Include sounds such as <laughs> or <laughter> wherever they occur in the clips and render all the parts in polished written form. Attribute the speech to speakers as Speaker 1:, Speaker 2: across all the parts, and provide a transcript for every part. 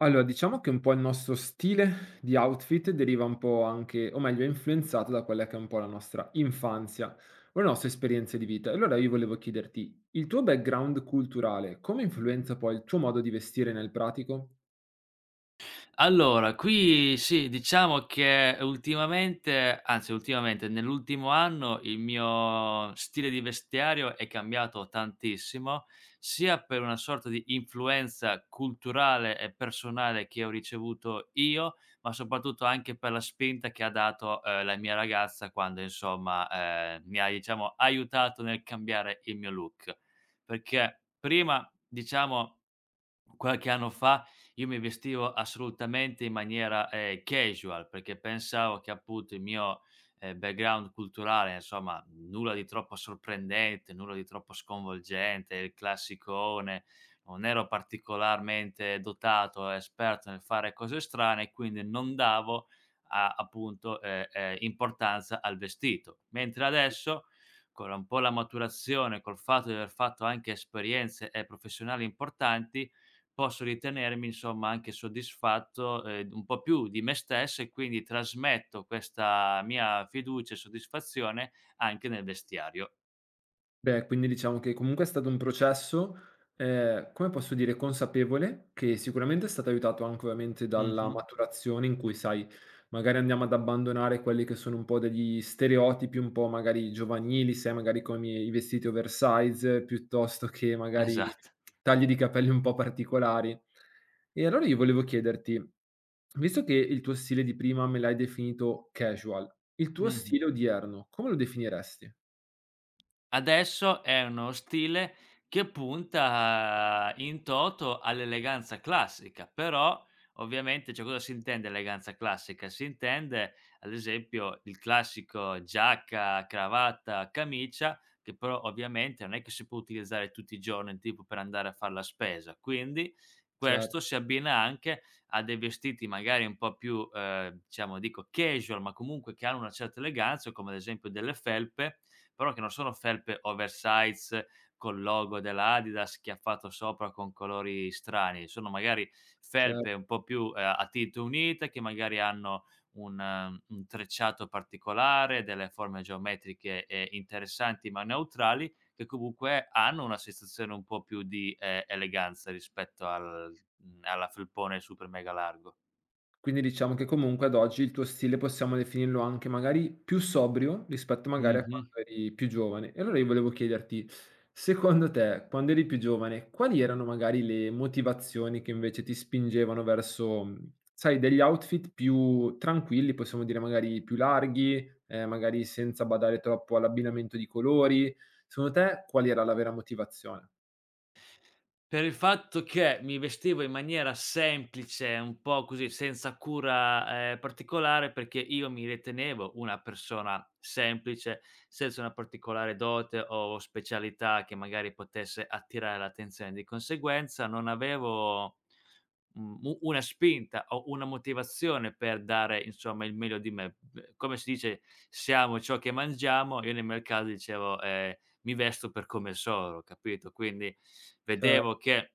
Speaker 1: Allora, diciamo che un po' il nostro stile di outfit deriva un po' anche, o meglio, è influenzato da quella che è un po' la nostra infanzia o le nostre esperienze di vita. E allora io volevo chiederti, il tuo background culturale come influenza poi il tuo modo di vestire nel pratico?
Speaker 2: Allora, qui sì, diciamo che ultimamente, nell'ultimo anno il mio stile di vestiario è cambiato tantissimo, sia per una sorta di influenza culturale e personale che ho ricevuto io, ma soprattutto anche per la spinta che ha dato, la mia ragazza quando insomma, mi ha diciamo aiutato nel cambiare il mio look. Perché prima, diciamo, qualche anno fa io mi vestivo assolutamente in maniera, casual, perché pensavo che appunto il mio, background culturale, insomma, nulla di troppo sorprendente, nulla di troppo sconvolgente, il classicone, non ero particolarmente dotato, esperto nel fare cose strane, quindi non davo a appunto, importanza al vestito. Mentre adesso, con un po' la maturazione, col fatto di aver fatto anche esperienze, professionali importanti, posso ritenermi insomma anche soddisfatto, un po' più di me stesso e quindi trasmetto questa mia fiducia e soddisfazione anche nel vestiario.
Speaker 1: Beh, quindi diciamo che comunque è stato un processo, come posso dire, consapevole, che sicuramente è stato aiutato anche ovviamente dalla
Speaker 2: Mh-mh. <laughs>
Speaker 1: maturazione in cui, sai, magari andiamo ad abbandonare quelli che sono un po' degli stereotipi un po' magari giovanili, sai, magari con i vestiti oversize, piuttosto che magari
Speaker 2: Esatto.
Speaker 1: tagli di capelli un po' particolari. E allora io volevo chiederti, visto che il tuo stile di prima me l'hai definito casual, il tuo
Speaker 2: Mh-mh.
Speaker 1: stile odierno come lo definiresti?
Speaker 2: Adesso è uno stile che punta in toto all'eleganza classica, però ovviamente, cioè, cosa si intende eleganza classica? Si intende ad esempio il classico giacca, cravatta, camicia, che però ovviamente non è che si può utilizzare tutti i giorni, tipo per andare a far la spesa. Quindi
Speaker 1: Cer
Speaker 2: questo si abbina anche a dei vestiti magari un po' più, diciamo dico casual, ma comunque che hanno una certa eleganza, come ad esempio delle felpe, però che non sono felpe oversize col logo della Adidas chiaffato sopra con colori strani, sono magari
Speaker 1: cer
Speaker 2: felpe un po' più, a tinto unite, che magari hanno un trecciato particolare, delle forme geometriche, interessanti ma neutrali, che comunque hanno una sensazione un po' più di, eleganza rispetto alla felpone super mega largo.
Speaker 1: Quindi diciamo che comunque ad oggi il tuo stile possiamo definirlo anche magari più sobrio rispetto magari a
Speaker 2: Mh-mh.
Speaker 1: quando eri più giovane. E allora io volevo chiederti, secondo te, quando eri più giovane, quali erano magari le motivazioni che invece ti spingevano verso, sai, degli outfit più tranquilli, possiamo dire magari più larghi, magari senza badare troppo all'abbinamento di colori. Secondo te qual era la vera motivazione?
Speaker 2: Per il fatto che mi vestivo in maniera semplice, un po' così, senza cura, particolare, perché io mi ritenevo una persona semplice, senza una particolare dote o specialità che magari potesse attirare l'attenzione. Di conseguenza non avevo, mhmm, u una spinta o una motivazione per dare, insomma, il meglio di me. B come si dice: "Siamo ciò che mangiamo", io nel mio caso dicevo: "Mi vesto per come sono", capito? Quindi
Speaker 1: Cioè,
Speaker 2: vedevo che,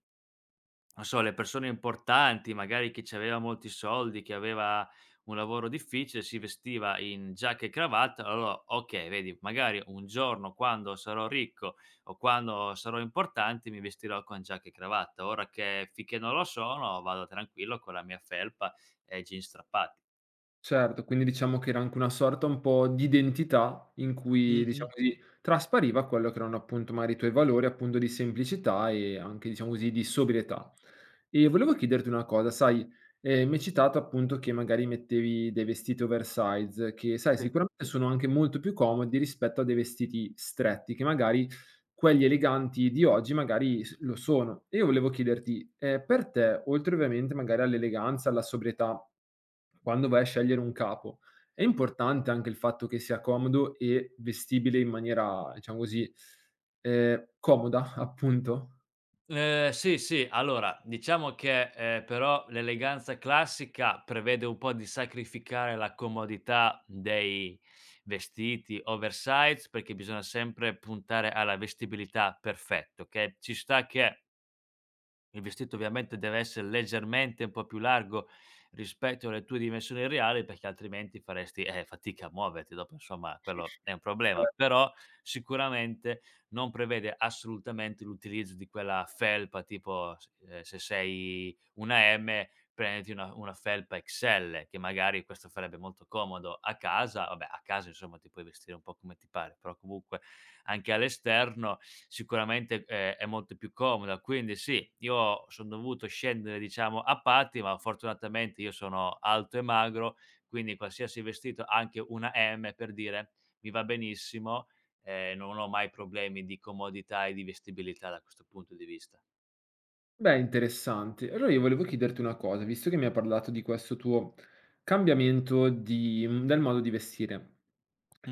Speaker 2: non so, le persone importanti, magari chi c'aveva molti soldi, che aveva un lavoro difficile, si vestiva in giacca e cravatta, allora okay, vedi, magari un giorno quando sarò ricco o quando sarò importante mi vestirò con giacca e cravatta. Ora che finché non lo sono vado tranquillo con la mia felpa e jeans strappati.
Speaker 1: certo, quindi diciamo che era anche una sorta un po' di identità in cui, diciamo
Speaker 2: Mh-mh.
Speaker 1: così, traspariva quello che erano appunto magari i tuoi valori, appunto di semplicità e anche diciamo così di sobrietà. E volevo chiederti una cosa, sai, mi hai citato appunto che magari mettevi dei vestiti oversize che, sai,
Speaker 2: Sì.
Speaker 1: sicuramente sono anche molto più comodi rispetto a dei vestiti stretti che magari quelli eleganti di oggi magari s lo sono. E io volevo chiederti, per te, oltre ovviamente magari all'eleganza, alla sobrietà, quando vai a scegliere un capo, è importante anche il fatto che sia comodo e vestibile in maniera, diciamo così, comoda <laughs> appunto?
Speaker 2: Sì, sì, allora diciamo che, però l'eleganza classica prevede un po' di sacrificare la comodità dei vestiti oversize, perché bisogna sempre puntare alla vestibilità perfetta, okay, ci sta che il vestito ovviamente deve essere leggermente un po' più largo rispetto alle tue dimensioni reali, perché altrimenti faresti, fatica a muoverti, dopo insomma quello è un problema, però sicuramente non prevede assolutamente l'utilizzo di quella felpa tipo s se sei una M prenditi una felpa XL, che magari questo farebbe molto comodo a casa, vabbè a casa insomma ti puoi vestire un po' come ti pare, però comunque anche all'esterno, sicuramente, è molto più comoda. Quindi sì, io son dovuto scendere, diciamo, a patti, ma fortunatamente io sono alto e magro, quindi qualsiasi vestito, anche una M per dire, mi va benissimo, non ho mai problemi di comodità e di vestibilità da questo punto di vista.
Speaker 1: Beh, interessante. Allora io volevo chiederti una cosa, visto che mi hai parlato di questo tuo cambiamento di del modo di vestire,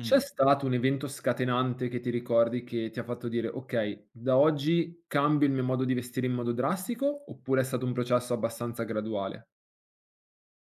Speaker 1: c'è stato un evento scatenante che ti ricordi che ti ha fatto dire: "Okay, da oggi cambio il mio modo di vestire in modo drastico", oppure è stato un processo abbastanza graduale?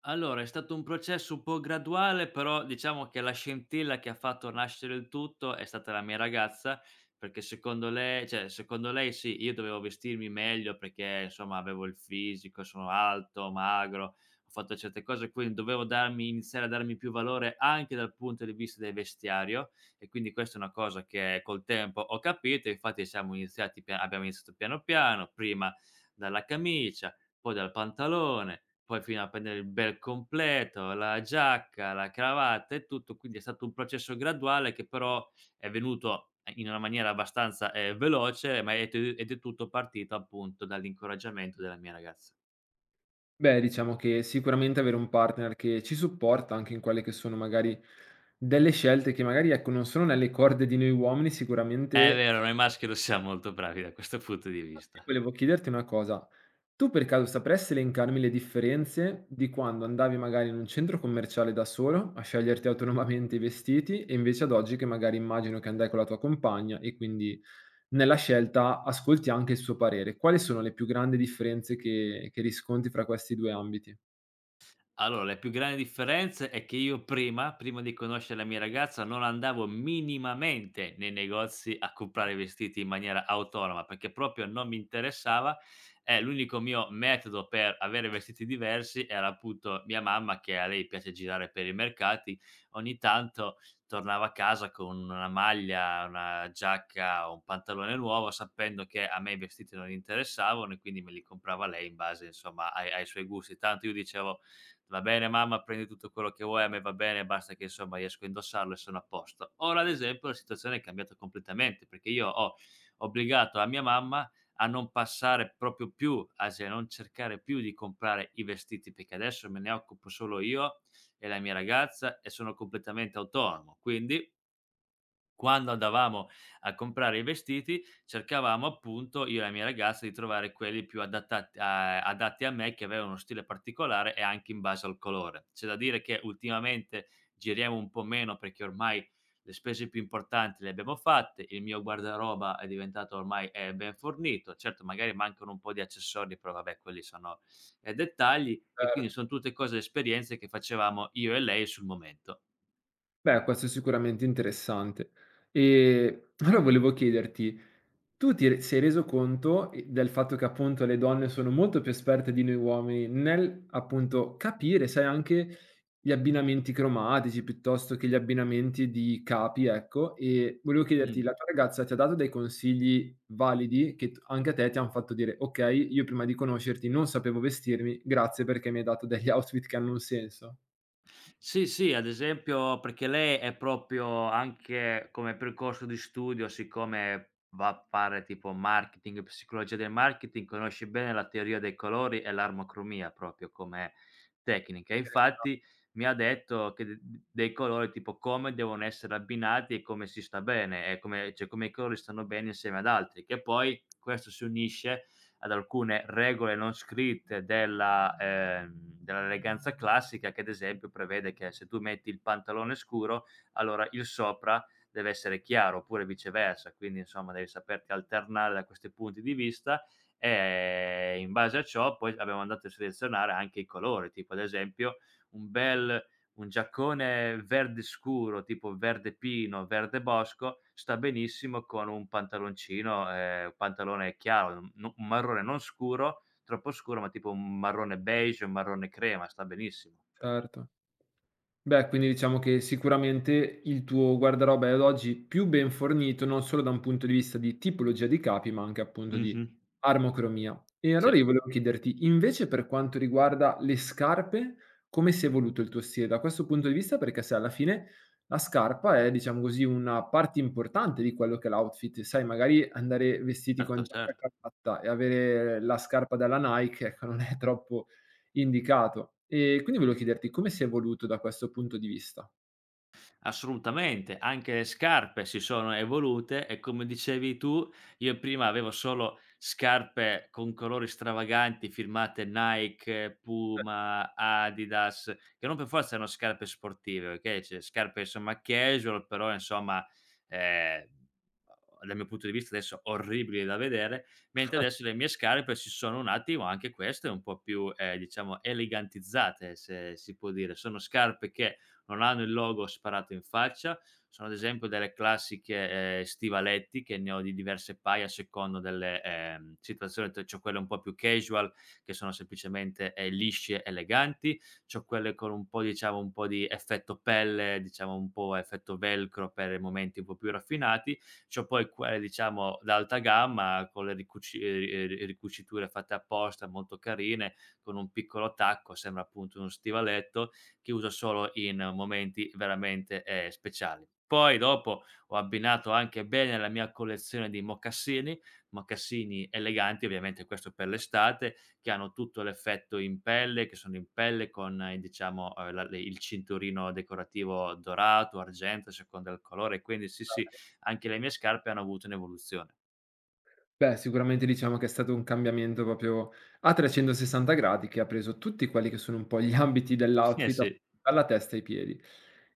Speaker 2: Allora, è stato un processo un po' graduale, però diciamo che la scintilla che ha fatto nascere il tutto è stata la mia ragazza, perché secondo lei sì, io dovevo vestirmi meglio perché insomma avevo il fisico, sono alto, magro, ho fatto certe cose, quindi dovevo darmi iniziare a darmi più valore anche dal punto di vista del vestiario e quindi questa è una cosa che col tempo ho capito, infatti siamo iniziati pia abbiamo iniziato piano piano, prima dalla camicia, poi dal pantalone, poi fino a prendere il bel completo, la giacca, la cravatta e tutto, quindi è stato un processo graduale che però è venuto in una maniera abbastanza, veloce, ma è t ed è tutto partito appunto dall'incoraggiamento della mia ragazza.
Speaker 1: Beh, diciamo che sicuramente avere un partner che ci supporta anche in quelle che sono magari delle scelte che magari, ecco, non sono nelle corde di noi uomini,
Speaker 2: È
Speaker 1: sicuramente.
Speaker 2: vero, noi maschi non siamo molto bravi da questo punto di
Speaker 1: Infatti
Speaker 2: vista.
Speaker 1: volevo chiederti una cosa, tu per caso sapresti elencarmi le differenze di quando andavi magari in un centro commerciale da solo a sceglierti autonomamente i vestiti e invece ad oggi che magari immagino che andai con la tua compagna e quindi nella scelta ascolti anche il suo parere. Quali sono le più grandi differenze che riscontri fra questi 2 ambiti?
Speaker 2: Allora, le più grandi differenze è che io prima di conoscere la mia ragazza, non andavo minimamente nei negozi a comprare vestiti in maniera autonoma, perché proprio non mi interessava, e l'unico mio metodo per avere vestiti diversi era appunto mia mamma, che a lei piace girare per i mercati, ogni tanto tornava a casa con una maglia, una giacca, un pantalone nuovo, sapendo che a me i vestiti non interessavano e quindi me li comprava lei in base, insomma, ai suoi gusti. Tanto io dicevo: "Va bene mamma, prendi tutto quello che vuoi, a me va bene, basta che insomma riesco a indossarlo e sono a posto". Ora ad esempio la situazione è cambiata completamente, perché io ho obbligato a mia mamma a non passare proprio più asi a non cercare più di comprare i vestiti, perché adesso me ne occupo solo io e la mia ragazza e sono completamente autonomo. Quindi quando andavamo a comprare i vestiti, cercavamo appunto, io e la mia ragazza, di trovare quelli più adattati a adatti a me, che avevano uno stile particolare e anche in base al colore. C'è da dire che ultimamente giriamo un po' meno perché ormai le spese più importanti le abbiamo fatte, il mio guardaroba è diventato ormai ben fornito, certo magari mancano un po' di accessori, però vabbè quelli sono dettagli e quindi
Speaker 1: Certo.
Speaker 2: sono tutte cose, esperienze che facevamo io e lei sul momento.
Speaker 1: Beh, questo è sicuramente interessante. E allora volevo chiederti, tu sei reso conto del fatto che appunto le donne sono molto più esperte di noi uomini nel appunto capire, sai, anche gli abbinamenti cromatici piuttosto che gli abbinamenti di capi, ecco, e volevo chiederti,
Speaker 2: Mh.
Speaker 1: la tua ragazza ti ha dato dei consigli validi che anche a te ti hanno fatto dire, ok, io prima di conoscerti non sapevo vestirmi, grazie perché mi hai dato degli outfit che hanno un senso.
Speaker 2: Sì, sì, ad esempio perché lei è proprio anche come percorso di studio, siccome va a fare tipo marketing, psicologia del marketing, conosce bene la teoria dei colori e l'armocromia proprio come tecnica. Infatti mi ha detto che d d dei colori tipo come devono essere abbinati e come si sta bene, e come, cioè, come i colori stanno bene insieme ad altri, che poi questo si unisce ad alcune regole non scritte della dell'eleganza classica che ad esempio prevede che se tu metti il pantalone scuro, allora il sopra deve essere chiaro, oppure viceversa. Quindi insomma devi saperti alternare da questi punti di vista e in base a ciò poi abbiamo andato a selezionare anche i colori, tipo ad esempio un bel un giaccone verde scuro, tipo verde pino, verde bosco, sta benissimo con un pantalone chiaro, un no un marrone non scuro, troppo scuro, ma tipo un marrone beige, un marrone crema, sta benissimo.
Speaker 1: Certo. Beh, quindi diciamo che sicuramente il tuo guardaroba è ad oggi più ben fornito, non solo da un punto di vista di tipologia di capi, ma anche appunto di
Speaker 2: Mh-mh.
Speaker 1: armocromia. E allora
Speaker 2: Sì.
Speaker 1: io volevo chiederti, invece per quanto riguarda le scarpe, come si è evoluto il tuo stile da questo punto di vista? Perché se alla fine la scarpa è, diciamo così, una parte importante di quello che è l'outfit, sai, magari andare vestiti con
Speaker 2: Certo,
Speaker 1: giacca e
Speaker 2: certo.
Speaker 1: cravatta e avere la scarpa della Nike, ecco, non è troppo indicato. E quindi volevo chiederti come si è evoluto da questo punto di vista?
Speaker 2: Assolutamente, anche le scarpe si sono evolute e come dicevi tu, io prima avevo solo scarpe con colori stravaganti firmate Nike, Puma, Adidas, che non per forza erano scarpe sportive, okay, cioè scarpe insomma casual, però insomma, ehm, dal mio punto di vista adesso orribili da vedere, mentre adesso le mie scarpe si sono un attimo anche queste un po' più, diciamo elegantizzate, se si può dire. Sono scarpe che non hanno il logo sparato in faccia, sono ad esempio delle classiche, stivaletti che ne ho di diverse paia a seconda delle, situazioni, t c'ho quelle un po' più casual che sono semplicemente, lisce, eleganti, c'ho quelle con un po' diciamo un po' di effetto pelle, diciamo un po' effetto velcro per i momenti un po' più raffinati, c'ho poi quelle diciamo d'alta gamma con le ricuciture fatte apposta molto carine, con un piccolo tacco, sembra appunto uno stivaletto che uso solo in momenti veramente, speciali. Poi dopo ho abbinato anche bene la mia collezione di mocassini, mocassini eleganti, ovviamente questo per l'estate, che hanno tutto l'effetto in pelle, che sono in pelle con i diciamo, la le il cinturino decorativo dorato, argenteo, a seconda del colore, quindi sì, sì, anche le mie scarpe hanno avuto un'evoluzione.
Speaker 1: Beh, sicuramente diciamo che è stato un cambiamento proprio a 360 gradi che ha preso tutti quelli che sono un po' gli ambiti
Speaker 2: Eh
Speaker 1: dell'outfit a
Speaker 2: sì.
Speaker 1: dalla testa ai piedi.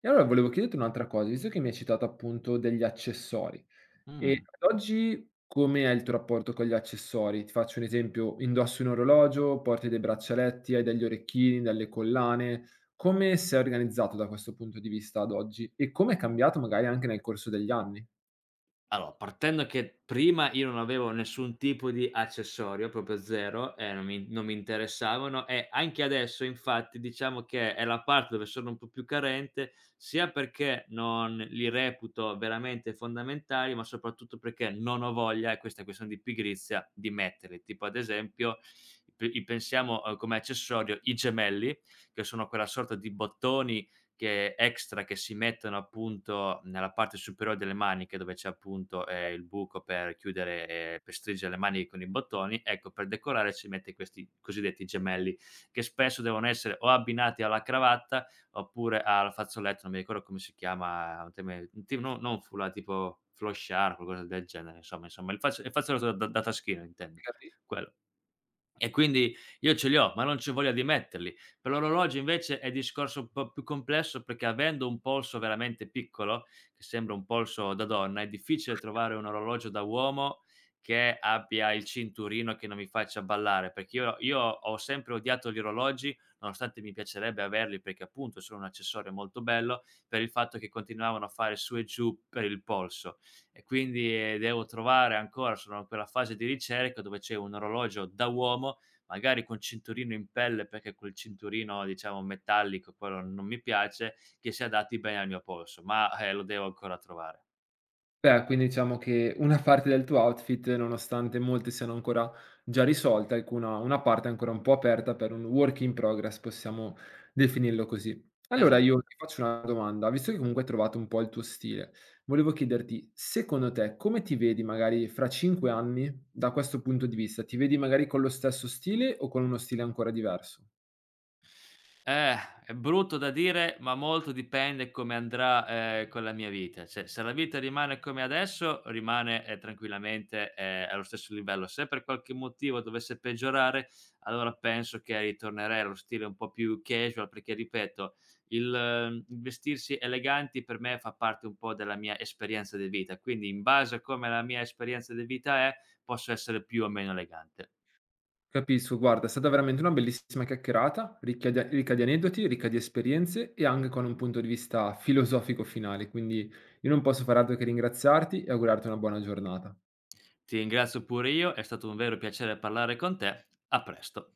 Speaker 1: E allora volevo chiederti un'altra cosa, visto che mi hai citato appunto degli accessori,
Speaker 2: Mh.
Speaker 1: e ad oggi come è il tuo rapporto con gli accessori? Ti faccio un esempio: indossi un orologio, porti dei braccialetti, hai degli orecchini, delle collane. Come sei organizzato da questo punto di vista ad oggi? E come è cambiato magari anche nel corso degli anni?
Speaker 2: Allora, partendo che prima io non avevo nessun tipo di accessorio, proprio 0, e non mi interessavano e anche adesso infatti diciamo che è la parte dove sono un po' più carente, sia perché non li reputo veramente fondamentali, ma soprattutto perché non ho voglia, e questa è questione di pigrizia, di metterli. Tipo ad esempio p i pensiamo, come accessorio i gemelli, che sono quella sorta di bottoni che extra che si mettono appunto nella parte superiore delle maniche, dove c'è appunto, il buco per stringere le maniche con i bottoni, ecco per decorare si mette questi cosiddetti gemelli, che spesso devono essere o abbinati alla cravatta oppure al fazzoletto, non mi ricordo come si chiama, un teme un ti no non foulard, tipo flosciar, qualcosa del genere, insomma il fazzoletto da taschino intendo, quello. E quindi io ce li ho, ma non c'ho voglia di metterli. Per l'orologio invece è discorso un po' più complesso, perché avendo un polso veramente piccolo, che sembra un polso da donna, è difficile trovare un orologio da uomo che abbia il cinturino che non mi faccia ballare, perché io ho sempre odiato gli orologi, nonostante mi piacerebbe averli perché appunto sono un accessorio molto bello, per il fatto che continuavano a fare su e giù per il polso. E quindi, devo trovare ancora sono in quella fase di ricerca dove c'è un orologio da uomo, magari con cinturino in pelle, perché quel cinturino diciamo metallico, quello non mi piace, che si adatti bene al mio polso, ma, lo devo ancora trovare.
Speaker 1: Beh, quindi diciamo che una parte del tuo outfit, nonostante molte siano ancora già risolte, ecco una parte è ancora un po' aperta per un work in progress, possiamo definirlo così. Allora mh,
Speaker 2: Esatto.
Speaker 1: io ti faccio una domanda, visto che comunque hai trovato un po' il tuo stile, volevo chiederti, secondo te come ti vedi magari fra 5 anni da questo punto di vista? Ti vedi magari con lo stesso stile o con uno stile ancora diverso?
Speaker 2: Eh, è brutto da dire, ma molto dipende come andrà, con la mia vita. Cioè, se la vita rimane come adesso, rimane, tranquillamente, allo stesso livello. Se per qualche motivo dovesse peggiorare, allora penso che ritornerei allo stile un po' più casual, perché ripeto, il vestirsi eleganti per me fa parte un po' della mia esperienza di vita, quindi in base a come la mia esperienza di vita è, posso essere più o meno elegante.
Speaker 1: Capisco, guarda, è stata veramente una bellissima chiacchierata, ricchia di ricca di aneddoti, ricca di esperienze e anche con un punto di vista filosofico finale, quindi io non posso far altro che ringraziarti e augurarti una buona giornata.
Speaker 2: Ti ringrazio pure io, è stato un vero piacere parlare con te. A presto.